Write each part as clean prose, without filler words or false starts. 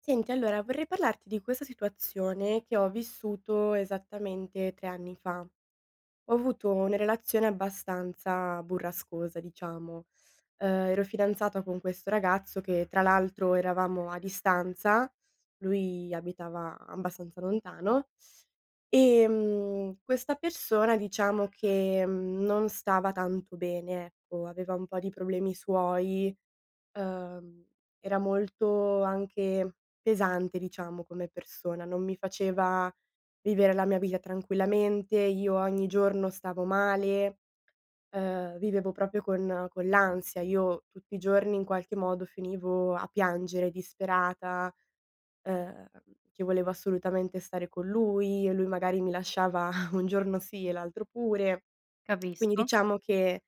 Senti, allora vorrei parlarti di questa situazione che ho vissuto esattamente 3 anni fa. Ho avuto una relazione abbastanza burrascosa, diciamo. Ero fidanzata con questo ragazzo che tra l'altro eravamo a distanza, lui abitava abbastanza lontano, questa persona diciamo che, non stava tanto bene, ecco, aveva un po' di problemi suoi. Uhm, Era molto anche pesante diciamo come persona, non mi faceva vivere la mia vita tranquillamente, io ogni giorno stavo male, vivevo proprio con l'ansia. Io tutti i giorni in qualche modo finivo a piangere disperata, uhm, che volevo assolutamente stare con lui e lui magari mi lasciava un giorno sì e l'altro pure. Quindi Capisco. diciamo che,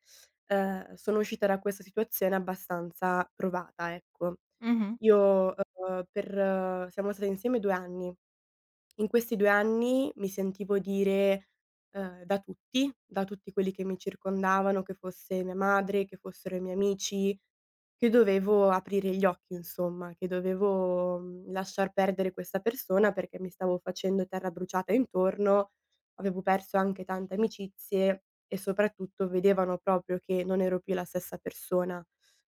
sono uscita da questa situazione abbastanza provata, ecco. Mh-mh. Io, per siamo state insieme 2 anni. In questi 2 anni mi sentivo dire, da tutti quelli che mi circondavano, che fosse mia madre, che fossero i miei amici, che dovevo aprire gli occhi insomma, che dovevo, lasciar perdere questa persona perché mi stavo facendo terra bruciata intorno, avevo perso anche tante amicizie e soprattutto vedevano proprio che non ero più la stessa persona.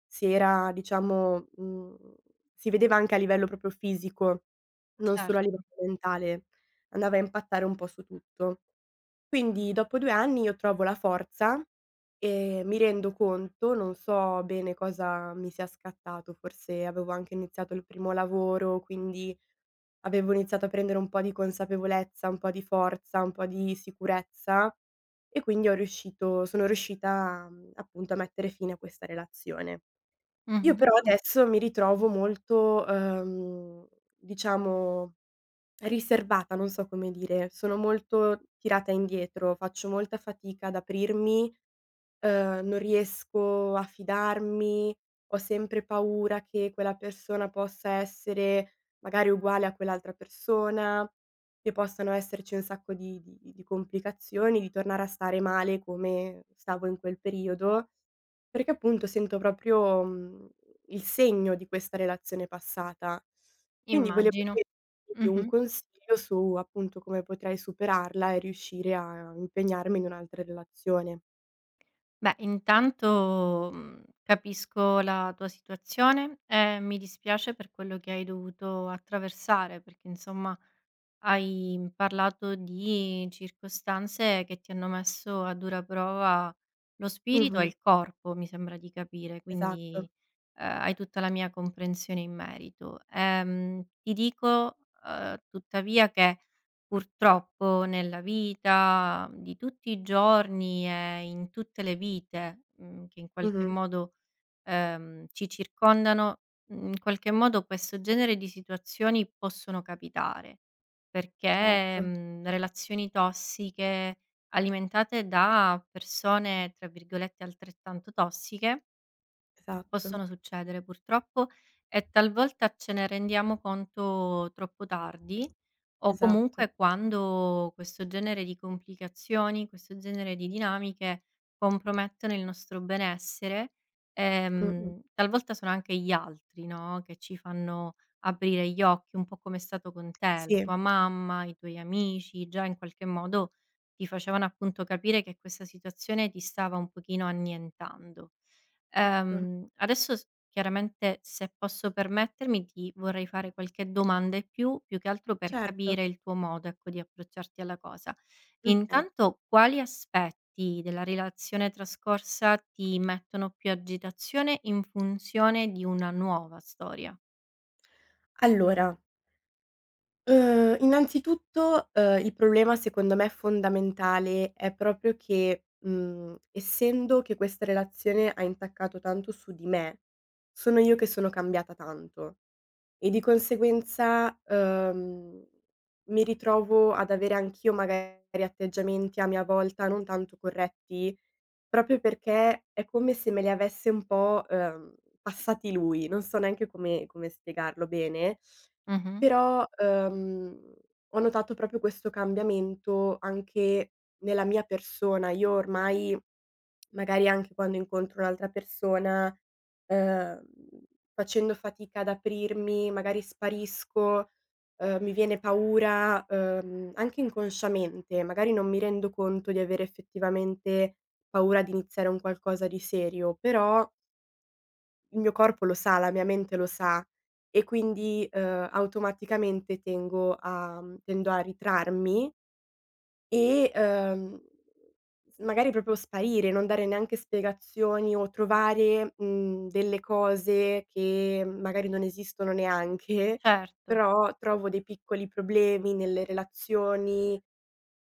Si era diciamo, si vedeva anche a livello proprio fisico. Non solo a livello Certo. mentale, andava a impattare un po' su tutto. Quindi dopo 2 anni io trovo la forza e mi rendo conto, non so bene cosa mi sia scattato, forse avevo anche iniziato il primo lavoro, quindi avevo iniziato a prendere un po' di consapevolezza, un po' di forza, un po' di sicurezza e quindi ho riuscito sono riuscita, appunto a mettere fine a questa relazione. Io Mh-mh. però adesso mi ritrovo molto, diciamo riservata, non so come dire, sono molto tirata indietro, faccio molta fatica ad aprirmi. Non riesco a fidarmi, ho sempre paura che quella persona possa essere magari uguale a quell'altra persona, che possano esserci un sacco di complicazioni, di tornare a stare male come stavo in quel periodo, perché appunto sento proprio, il segno di questa relazione passata. Quindi volevo Immagino. chiederti un Mh-mh. consiglio su, appunto, come potrei superarla e riuscire a impegnarmi in un'altra relazione. Beh, intanto, capisco la tua situazione e mi dispiace per quello che hai dovuto attraversare, perché insomma hai parlato di circostanze che ti hanno messo a dura prova lo spirito e Mh-mh. il corpo, mi sembra di capire, Esatto. quindi, hai tutta la mia comprensione in merito. Ti dico, tuttavia che purtroppo nella vita di tutti i giorni e in tutte le vite, che in qualche Mh-mh. modo, ci circondano, in qualche modo questo genere di situazioni possono capitare, perché, Certo. Relazioni tossiche alimentate da persone, tra virgolette, "altrettanto tossiche", Esatto, possono succedere purtroppo e talvolta ce ne rendiamo conto troppo tardi, o esatto. comunque quando questo genere di complicazioni, questo genere di dinamiche compromettono il nostro benessere, Mh-mh. Talvolta sono anche gli altri, no, che ci fanno aprire gli occhi, un po' come è stato con te, la Sì, tua mamma, i tuoi amici, già in qualche modo ti facevano appunto capire che questa situazione ti stava un pochino annientando. certo, Adesso s chiaramente se posso permettermi ti vorrei fare qualche domanda in più, più che altro per certo. capire il tuo modo, ecco, di approcciarti alla cosa. Okay. Intanto quali aspetti della relazione trascorsa ti mettono più agitazione in funzione di una nuova storia? Allora, innanzitutto, il problema secondo me fondamentale è proprio che, essendo che questa relazione ha intaccato tanto su di me, sono io che sono cambiata tanto. E di conseguenza, mi ritrovo ad avere anch'io magari atteggiamenti a mia volta non tanto corretti, proprio perché è come se me li avesse un po', passati lui. Non so neanche come spiegarlo bene, Mh-mh. però, ho notato proprio questo cambiamento anche nella mia persona. Io ormai magari anche quando incontro un'altra persona, ehm, facendo fatica ad aprirmi, magari sparisco, mi viene paura, anche inconsciamente, magari non mi rendo conto di avere effettivamente paura di iniziare un qualcosa di serio, però il mio corpo lo sa, la mia mente lo sa e quindi, automaticamente tendo a ritrarmi e, s magari proprio sparire, non dare neanche spiegazioni o trovare, delle cose che magari non esistono neanche, Certo, però trovo dei piccoli problemi nelle relazioni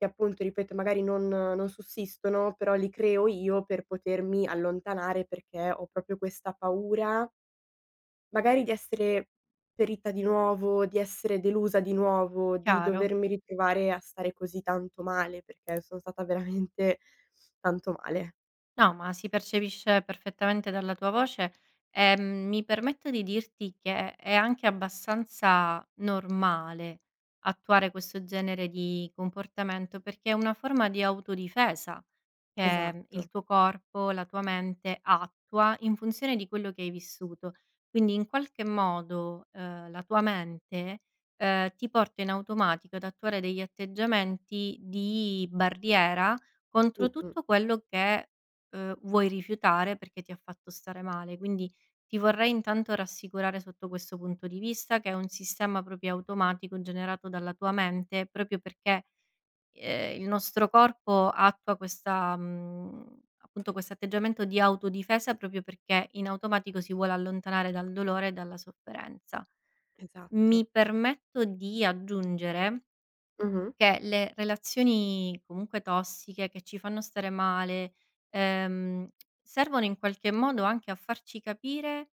che appunto, ripeto, magari non sussistono, però li creo io per potermi allontanare perché ho proprio questa paura magari di essere ferita di nuovo, di essere delusa di nuovo, di chiaro. dovermi ritrovare a stare così tanto male, perché sono stata veramente tanto male. No, ma si percepisce perfettamente dalla tua voce e, mi permetto di dirti che è anche abbastanza normale attuare questo genere di comportamento, perché è una forma di autodifesa. Che il Esatto. tuo corpo, la tua mente attua in funzione di quello che hai vissuto. Quindi in qualche modo, la tua mente, ti porta in automatico ad attuare degli atteggiamenti di barriera contro Mh-mh. tutto quello che, vuoi rifiutare perché ti ha fatto stare male. Quindi ti vorrei intanto rassicurare sotto questo punto di vista che è un sistema proprio automatico generato dalla tua mente, proprio perché il nostro corpo attua questa appunto questo atteggiamento di autodifesa, proprio perché in automatico si vuole allontanare dal dolore e dalla sofferenza. Esatto. Mi permetto di aggiungere Mh-mh. che le relazioni comunque tossiche, che ci fanno stare male, ehm, servono in qualche modo anche a farci capire,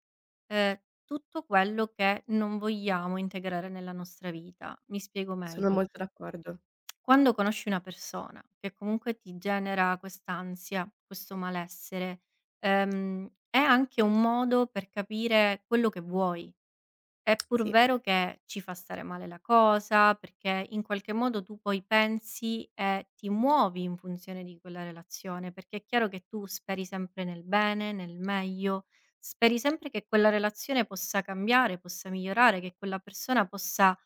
ehm, tutto quello che non vogliamo integrare nella nostra vita. Mi spiego Sono meglio. molto d'accordo. Quando conosci una persona che comunque ti genera quest'ansia, questo malessere, è anche un modo per capire quello che vuoi. È pur Sì. vero che ci fa stare male la cosa, perché in qualche modo tu poi pensi e ti muovi in funzione di quella relazione, perché è chiaro che tu speri sempre nel bene, nel meglio, speri sempre che quella relazione possa cambiare, possa migliorare, che quella persona possa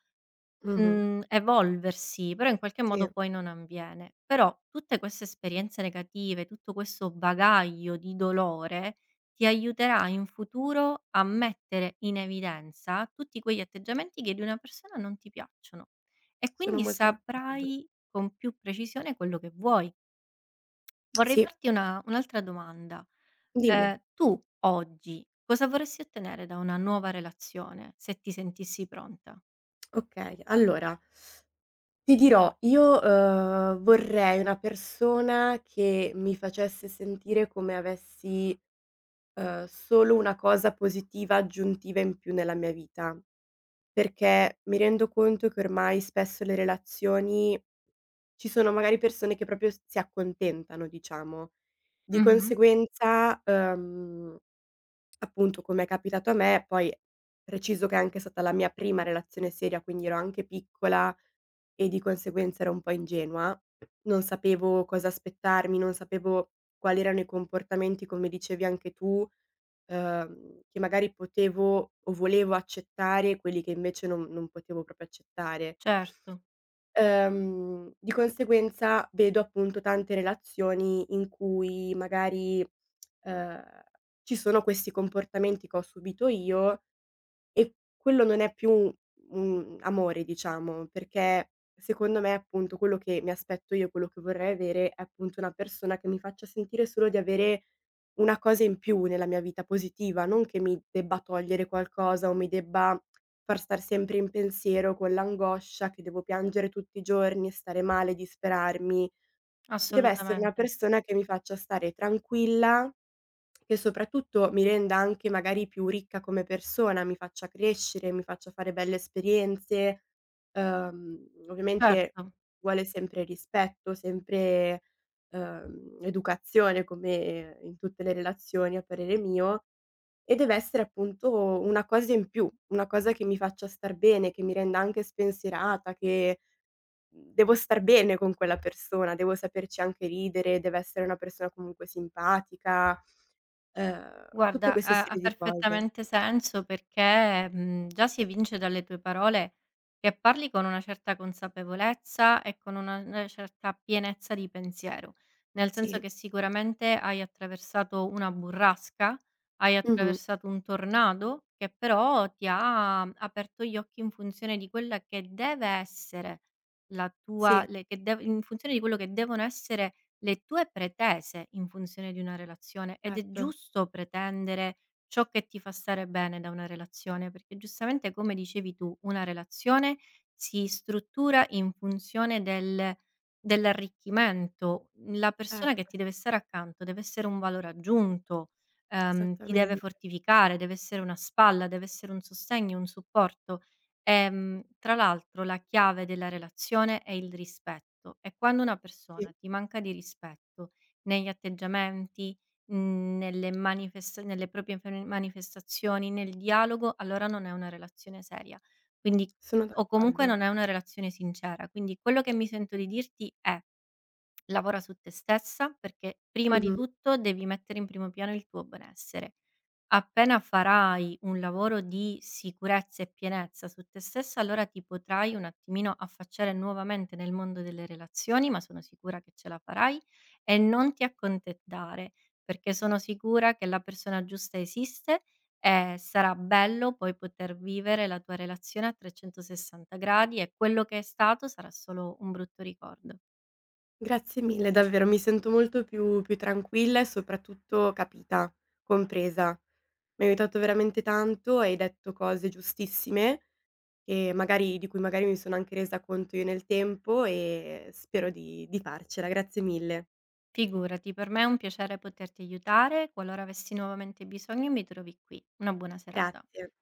Mh-mh. Evolversi, però in qualche Sì, modo poi non avviene. Però tutte queste esperienze negative, tutto questo bagaglio di dolore, ti aiuterà in futuro a mettere in evidenza tutti quegli atteggiamenti che di una persona non ti piacciono e sono quindi molto d'accordo. saprai con più precisione quello che vuoi. Vorrei Sì, farti una un'altra domanda: dimmi. Tu oggi cosa vorresti ottenere da una nuova relazione, se ti sentissi pronta? Okay, allora ti dirò, io, vorrei una persona che mi facesse sentire come avessi solo una cosa positiva aggiuntiva in più nella mia vita, perché mi rendo conto che ormai spesso le relazioni ci sono magari persone che proprio s si accontentano, diciamo. Di Mh-mh, conseguenza, appunto, come è capitato a me, poi preciso che è anche stata la mia prima relazione seria, quindi ero anche piccola e di conseguenza ero un po' ingenua, non sapevo cosa aspettarmi, non sapevo quali erano i comportamenti, come dicevi anche tu, che magari potevo o volevo accettare, e quelli che invece non potevo proprio accettare. certo. Di conseguenza vedo appunto tante relazioni in cui magari, ehm, ci sono questi comportamenti che ho subito io e quello non è più un amore diciamo, perché secondo me appunto quello che mi aspetto io, quello che vorrei avere è appunto una persona che mi faccia sentire solo di avere una cosa in più nella mia vita positiva, non che mi debba togliere qualcosa o mi debba far star sempre in pensiero con l'angoscia che devo piangere tutti i giorni e stare male, disperarmi. Deve essere una Assolutamente. persona che mi faccia stare tranquilla, che soprattutto mi renda anche magari più ricca come persona, mi faccia crescere, mi faccia fare belle esperienze, ovviamente Certo. vuole sempre rispetto, sempre, educazione come in tutte le relazioni a parere mio, e deve essere appunto una cosa in più, una cosa che mi faccia star bene, che mi renda anche spensierata, devo star bene con quella persona, devo saperci anche ridere, deve essere una persona comunque simpatica, tutte Guarda, queste ha serie di cose. perfettamente senso perché, già si evince dalle tue parole che parli con una certa consapevolezza e con una certa pienezza di pensiero, nel senso Sì. che sicuramente hai attraversato una burrasca, hai Mh-mh. attraversato un tornado che però ti ha aperto gli occhi in funzione di quella che deve essere la tua Sì, le che dev in funzione di quello che devono essere le tue pretese in funzione di una relazione, ed è certo, giusto pretendere ciò che ti fa stare bene da una relazione, perché giustamente come dicevi tu, una relazione si struttura in funzione dell'arricchimento. La persona che certo, ti deve stare accanto deve essere un valore aggiunto, ti deve esattamente. fortificare, deve essere una spalla, deve essere un sostegno, un supporto. Tra l'altro la chiave della relazione è il rispetto, e quando una Sì, persona ti manca di rispetto negli atteggiamenti, mhmm, nelle manifest nelle proprie fe manifestazioni, nel dialogo, allora non è una relazione seria. Quindi sono o comunque d'accordo. non è una relazione sincera. Quindi quello che mi sento di dirti è: lavora su te stessa, perché prima di Mh-mh. tutto devi mettere in primo piano il tuo benessere. Appena farai un lavoro di sicurezza e pienezza su te stessa, allora ti potrai un attimino affacciare nuovamente nel mondo delle relazioni, ma sono sicura che ce la farai, e non ti accontentare, perché sono sicura che la persona giusta esiste e sarà bello poi poter vivere la tua relazione a 360 gradi, e quello che è stato sarà solo un brutto ricordo. Grazie mille davvero, mi sento molto più tranquilla e soprattutto capita, compresa. Mi hai aiutato veramente tanto, hai detto cose giustissime che magari di cui magari mi sono anche resa conto io nel tempo e spero di farcela. Grazie mille. Figurati, per me è un piacere poterti aiutare. Qualora avessi nuovamente bisogno, mi trovi qui. Una buona serata. Grazie.